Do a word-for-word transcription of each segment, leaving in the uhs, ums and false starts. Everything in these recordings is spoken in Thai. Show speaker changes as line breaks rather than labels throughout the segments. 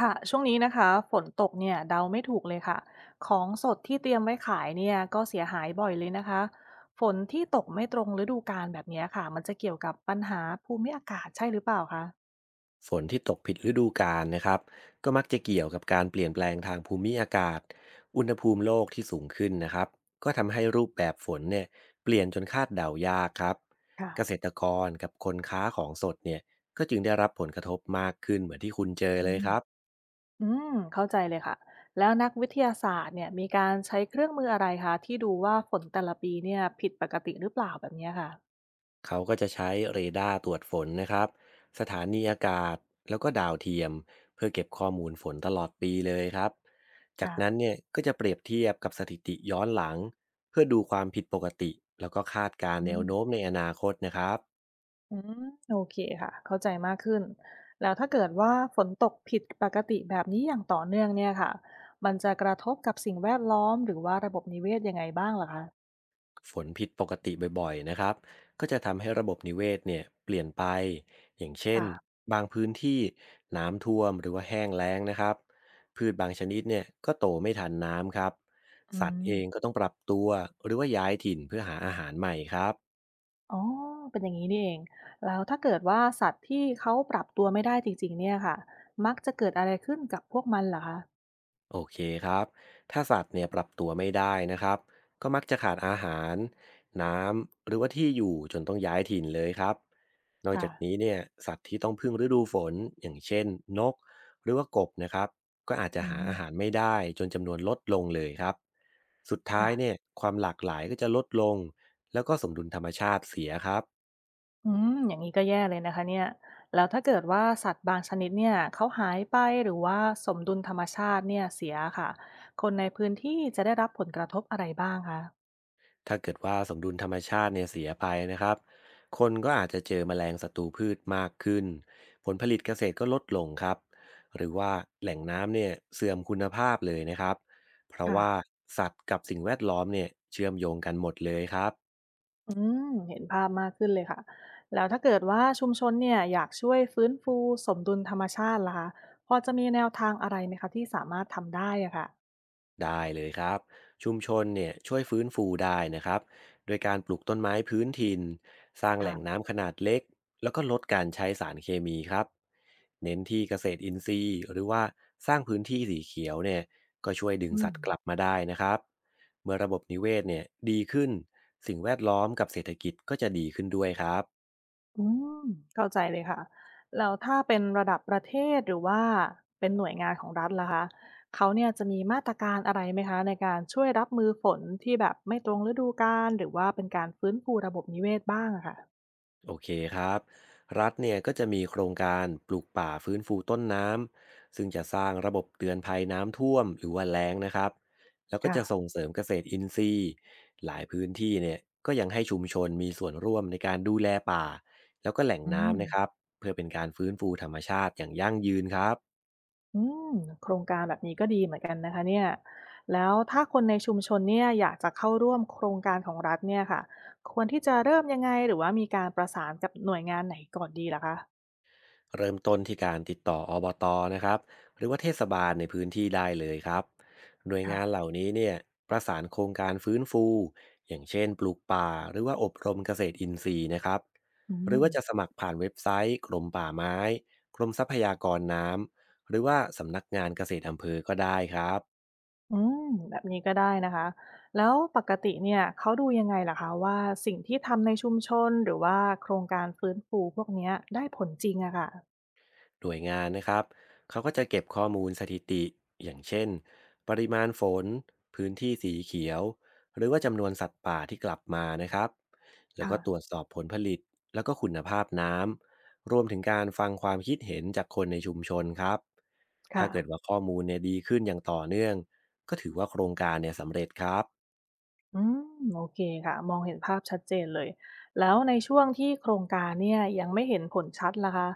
ค่ะช่วงนี้นะคะฝนตกเนี่ยเดาไม่ถูกเลยค่ะของสดที่เตรียมไว้ขายเนี่ยก็เสียหายบ่อยเลยนะคะฝนที่ตกไม่ตรงฤดูกาลแบบเนี้ยค่ะมันจะเกี่ยวกับปัญหาภูมิอากาศใช่หรือเปล่าคะ
ฝนที่ตกผิดฤดูกาลนะครับก็มักจะเกี่ยวกับการเปลี่ยนแปลงทางภูมิอากาศอุณหภูมิโลกที่สูงขึ้นนะครับก็ทำให้รูปแบบฝนเนี่ยเปลี่ยนจนคาดเดายากครับ
ค่ะ
เกษตรกรกับคนค้าของสดเนี่ยก็จึงได้รับผลกระทบมากขึ้นเหมือนที่คุณเจอ
อื
เลย
ม
ครับ
อืมเข้าใจเลยค่ะแล้วนักวิทยาศาสตร์เนี่ยมีการใช้เครื่องมืออะไรคะที่ดูว่าฝนแต่ละปีเนี่ยผิดปกติหรือเปล่าแบบเนี้ยค่ะ
เขาก็จะใช้เรดาร์ตรวจฝนนะครับสถานีอากาศแล้วก็ดาวเทียมเพื่อเก็บข้อมูลฝนตลอดปีเลยครับจาก
ค่ะ
นั้นเนี่ยก็จะเปรียบเทียบกับสถิติย้อนหลังเพื่อดูความผิดปกติแล้วก็คาดการณ์
อื
แนว
ม
โน้มในอนาคตนะครับ
อืมโอเคค่ะเข้าใจมากขึ้นแล้วถ้าเกิดว่าฝนตกผิดปกติแบบนี้อย่างต่อเนื่องเนี่ยค่ะมันจะกระทบกับสิ่งแวดล้อมหรือว่าระบบนิเวศยังไงบ้างเหรอคะ
ฝนผิดปกติบ่อยๆนะครับก็จะทำให้ระบบนิเวศเนี่ยเปลี่ยนไป อย่างเช่น
ค่ะ
บางพื้นที่น้ำท่วมหรือว่าแห้งแล้งนะครับพืชบางชนิดเนี่ยก็โตไม่ทันน้ำครับ
อื
สัตว์เอ
ม
งก็ต้องปรับตัวหรือว่าย้ายถิ่นเพื่อหาอาหารใหม่ครับ
อ๋อเป็นอย่างงี้นี่เองแล้วถ้าเกิดว่าสัตว์ที่เขาปรับตัวไม่ได้จริงๆเนี่ยค่ะมักจะเกิดอะไรขึ้นกับพวกมันเหรอคะ
โอเคครับ ถ้าสัตว์เนี่ยปรับตัวไม่ได้นะครับก็มักจะขาดอาหารน้ำหรือว่าที่อยู่จนต้องย้ายถิ่นเลยครับนอก
ค่ะ
จากนี้เนี่ยสัตว์ที่ต้องพึ่งฤดูฝนอย่างเช่นนกหรือว่ากบนะครับก็อาจจะ
อื
หา
ม
อาหารไม่ได้จนจำนวนลดลงเลยครับสุดท้ายเนี่ย
ค่ะ
ความหลากหลายก็จะลดลงแล้วก็สมดุลธรรมชาติเสียครับ
อืมอย่างนี้ก็แย่เลยนะคะเนี่ยแล้วถ้าเกิดว่าสัตว์บางชนิดเนี่ยเขาหายไปหรือว่าสมดุลธรรมชาติเนี่ยเสียค่ะคนในพื้นที่จะได้รับผลกระทบอะไรบ้างคะ
ถ้าเกิดว่าสมดุลธรรมชาติเนี่ยเสียไปนะครับ คนก็อาจจะเจอแมลงศัตรูพืชมากขึ้น ผลผลิตเกษตรก็ลดลงครับ หรือว่าแหล่งน้ำเนี่ยเสื่อมคุณภาพเลยนะครับ เพราะว่า
ค่ะ
สัตว์กับสิ่งแวดล้อมเนี่ยเชื่อมโยงกันหมดเลยครับ
อืมเห็นภาพมากขึ้นเลยค่ะแล้วถ้าเกิดว่าชุมชนเนี่ยอยากช่วยฟื้นฟูสมดุลธรรมชาติล่ะคะพอจะมีแนวทางอะไรไหมคะที่สามารถทำได้อะค่ะ
ได้เลยครับชุมชนเนี่ยช่วยฟื้นฟูได้นะครับโดยการปลูกต้นไม้พื้นถิ่นสร้างแหล่ง
ค่ะ
น้ำขนาดเล็กแล้วก็ลดการใช้สารเคมีครับเน้นที่เกษตรอินทรีย์หรือว่าสร้างพื้นที่สีเขียวเนี่ยก็ช่วยดึง
อื
สัต
ม
ว์กลับมาได้นะครับเมื่อระบบนิเวศเนี่ยดีขึ้นสิ่งแวดล้อมกับเศรษฐกิจก็จะดีขึ้นด้วยครับ
อืมเข้าใจเลยค่ะแล้วถ้าเป็นระดับประเทศหรือว่าเป็นหน่วยงานของรัฐล่ะคะเขาเนี่ยจะมีมาตรการอะไรไหมคะในการช่วยรับมือฝนที่แบบไม่ตรงฤดูกาลหรือว่าเป็นการฟื้นฟูระบบนิเวศบ้างอะค่ะ
โอเคครับรัฐเนี่ยก็จะมีโครงการปลูกป่าฟื้นฟูต้นน้ำซึ่งจะสร้างระบบเตือนภัยน้ำท่วมหรือว่าแล้งนะครับแล้วก็
ค่ะ
จะส่งเสริมเกษตรอินทรีย์หลายพื้นที่เนี่ยก็ยังให้ชุมชนมีส่วนร่วมในการดูแลป่าแล้วก็แหล่ง
อืม
น้ำนะครับเพื่อเป็นการฟื้นฟูธรรมชาติอย่างยั่งยืนครับ
อืมโครงการแบบนี้ก็ดีเหมือนกันนะคะเนี่ยแล้วถ้าคนในชุมชนเนี่ยอยากจะเข้าร่วมโครงการของรัฐเนี่ยค่ะควรที่จะเริ่มยังไงหรือว่ามีการประสานกับหน่วยงานไหนก่อนดีล่ะคะ
เริ่มต้นที่การติดต่ออ บ ตนะครับหรือว่าเทศบาลในพื้นที่ได้เลยครับหน่วยงา
ค่ะ
นเหล่านี้เนี่ยประสานโครงการฟื้นฟูอย่างเช่นปลูกป่าหรือว่าอบรมเกษตรอินทรีย์นะครับ
อื
หรือ
ม
ว่าจะสมัครผ่านเว็บไซต์กรมป่าไม้กรมทรัพยากรน้ำหรือว่าสำนักงานเกษตรอำเภอก็ได้ครับ
อืมแบบนี้ก็ได้นะคะแล้วปกติเนี่ยเขาดูยังไงล่ะคะว่าสิ่งที่ทำในชุมชนหรือว่าโครงการฟื้นฟูพวกเนี้ยได้ผลจริงอะค่ะ
หน่วยงานนะครับเขาก็จะเก็บข้อมูลสถิติอย่างเช่นปริมาณฝนพื้นที่สีเขียวหรือว่าจำนวนสัตว์ป่าที่กลับมานะครับแล้ว
ค่ะ
ก็ตรวจสอบผลผลิตแล้วก็คุณภาพน้ำรวมถึงการฟังความคิดเห็นจากคนในชุมชนครับถ้า
ค่ะ
เกิดว่าข้อมูลเนี่ยดีขึ้นอย่างต่อเนื่องก็ถือว่าโครงการเนี่ยสำเร็จครับ
อืมโอเคค่ะมองเห็นภาพชัดเจนเลยแล้วในช่วงที่โครงการเนี่ยยังไม่เห็นผลชัดล่ะคะ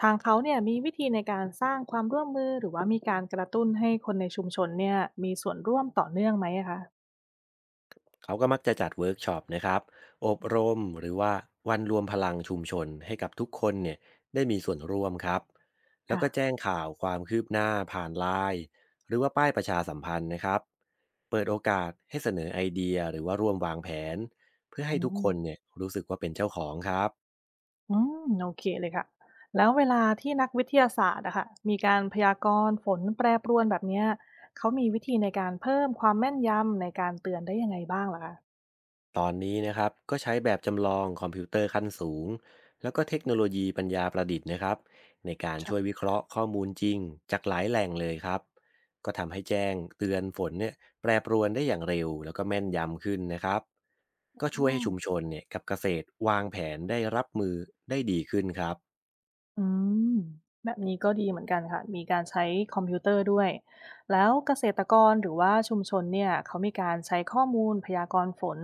ทางเขาเนี่ยมีวิธีในการสร้างความร่วมมือหรือว่ามีการกระตุ้นให้คนในชุมชนเนี่ยมีส่วนร่วมต่อเนื่องไหมอะคะ
เขาก็มักจะจัดเวิร์กช็อปนะครับอบรมหรือว่าวันรวมพลังชุมชนให้กับทุกคนเนี่ยได้มีส่วนร่วมครับแล้ว
ค่ะ
ก็แจ้งข่าวความคืบหน้าผ่านไลน์หรือว่าป้ายประชาสัมพันธ์นะครับเปิดโอกาสให้เสนอไอเดียหรือว่าร่วมวางแผนเพื่อให้
อื
ทุกค
ม
นเนี่ยรู้สึกว่าเป็นเจ้าของครับ
อืมโอเคเลยค่ะแล้วเวลาที่นักวิทยาศาสตร์อะค่ะมีการพยากรณ์ฝนแปรปรวนแบบเนี้ยเขามีวิธีในการเพิ่มความแม่นยำในการเตือนได้ยังไงบ้างล่ะคะ
ตอนนี้นะครับก็ใช้แบบจำลองคอมพิวเตอร์ขั้นสูงแล้วก็เทคโนโลยีปัญญาประดิษฐ์นะครับในการ
ชะ
ช่วยวิเคราะห์ข้อมูลจริงจากหลายแหล่งเลยครับก็ทำให้แจ้งเตือนฝนเนี่ยแปรปรวนได้อย่างเร็วแล้วก็แม่นยำขึ้นนะครับก็
อ้
ช่วย
อ
ให้ชุมชนเนี่ยกับเกษตรวางแผนได้รับมือได้ดีขึ้นครับ
อืมแบบนี้ก็ดีเหมือนกันค่ะมีการใช้คอมพิวเตอร์ด้วยแล้วเกษตรกรหรือว่าชุมชนเนี่ยเขามีการใช้ข้อมูลพยากรณ์ฝน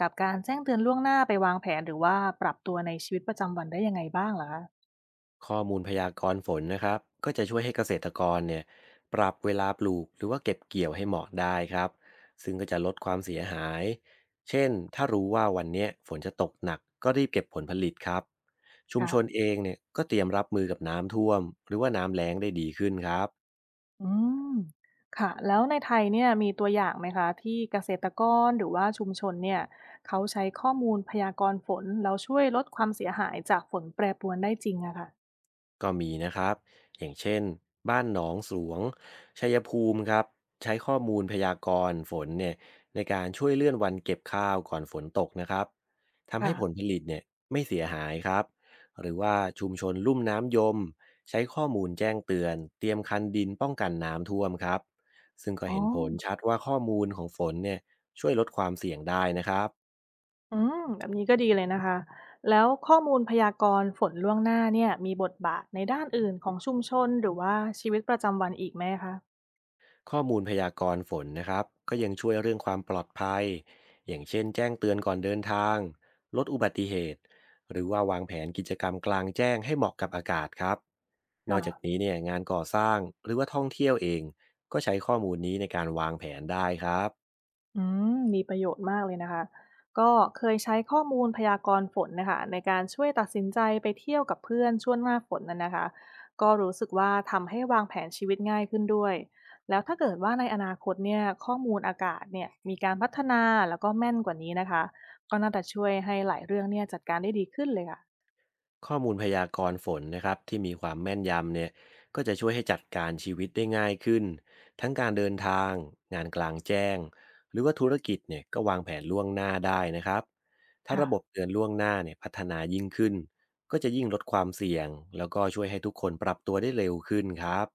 กับการแจ้งเตือนล่วงหน้าไปวางแผนหรือว่าปรับตัวในชีวิตประจำวันได้ยังไงบ้างล่ะคะ
ข้อมูลพยากรณ์ฝนนะครับก็จะช่วยให้เกษตรกรเนี่ยปรับเวลาปลูกหรือว่าเก็บเกี่ยวให้เหมาะได้ครับซึ่งก็จะลดความเสียหายเช่นถ้ารู้ว่าวันเนี้ยฝนจะตกหนักก็รีบเก็บผลผลิตครับชุม
ค่ะ
ชนเองเนี่ยก็เตรียมรับมือกับน้ำท่วมหรือว่าน้ำแล้งได้ดีขึ้นครับ
อืมค่ะ แล้วในไทยเนี่ยมีตัวอย่างไหมคะที่เกษตรกรหรือว่าชุมชนเนี่ยเขาใช้ข้อมูลพยากรณ์ฝนแล้วช่วยลดความเสียหายจากฝนแปรปรวนได้จริงอะค่ะ
ก็มีนะครับอย่างเช่นบ้านหนองสวงชัยภูมิครับใช้ข้อมูลพยากรณ์ฝนเนี่ยในการช่วยเลื่อนวันเก็บข้าวก่อนฝนตกนะครับทำให้ผลผ
ค่ะ
ลิตเนี่ยไม่เสียหายครับหรือว่าชุมชนลุ่มน้ำยมใช้ข้อมูลแจ้งเตือนเตรียมคันดินป้องกันน้ำท่วมครับซึ่งก็
อ๋อ
เห็นผลชัดว่าข้อมูลของฝนเนี่ยช่วยลดความเสี่ยงได้นะครับ
อืมแบบนี้ก็ดีเลยนะคะ แล้วข้อมูลพยากรณ์ฝนล่วงหน้าเนี่ยมีบทบาทในด้านอื่นของชุมชนหรือว่าชีวิตประจำวันอีกไหมคะ
ข้อมูลพยากรณ์ฝนนะครับก็ยังช่วยเรื่องความปลอดภัยอย่างเช่นแจ้งเตือนก่อนเดินทางลดอุบัติเหตุหรือว่าวางแผนกิจกรรมกลางแจ้งให้เหมาะกับอากาศครับนอกจาก
ค่ะ
นี้เนี่ยงานก่อสร้างหรือว่าท่องเที่ยวเองก็ใช้ข้อมูลนี้ในการวางแผนได้ครับ
อืมมีประโยชน์มากเลยนะคะก็เคยใช้ข้อมูลพยากรณ์ฝนนะคะในการช่วยตัดสินใจไปเที่ยวกับเพื่อนช่วงหน้าฝนน่ะนนะคะก็รู้สึกว่าทำให้วางแผนชีวิตง่ายขึ้นด้วยแล้วถ้าเกิดว่าในอนาคตเนี่ยข้อมูลอากาศเนี่ยมีการพัฒนาแล้วก็แม่นกว่านี้นะคะก็น่าจะช่วยให้หลายเรื่องเนี่ยจัดการได้ดีขึ้นเลยค่ะ
ข้อมูลพยากรณ์ฝนนะครับที่มีความแม่นยำเนี่ยก็จะช่วยให้จัดการชีวิตได้ง่ายขึ้นทั้งการเดินทางงานกลางแจ้งหรือว่าธุรกิจเนี่ยก็วางแผนล่วงหน้าได้นะครับถ้าระบบ
ค่ะ
เตือนล่วงหน้าเนี่ยพัฒนายิ่งขึ้นก็จะยิ่งลดความเสี่ยงแล้วก็ช่วยให้ทุกคนปรับตัวได้เร็วขึ้นครับ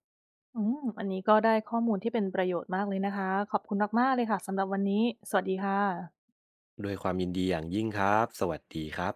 อืมอันนี้ก็ได้ข้อมูลที่เป็นประโยชน์มากเลยนะคะขอบคุณมากๆเลยค่ะสำหรับวันนี้สวัสดีค่ะ
ดดวยความยินดีอย่างยิ่งครับสวัสดีครับ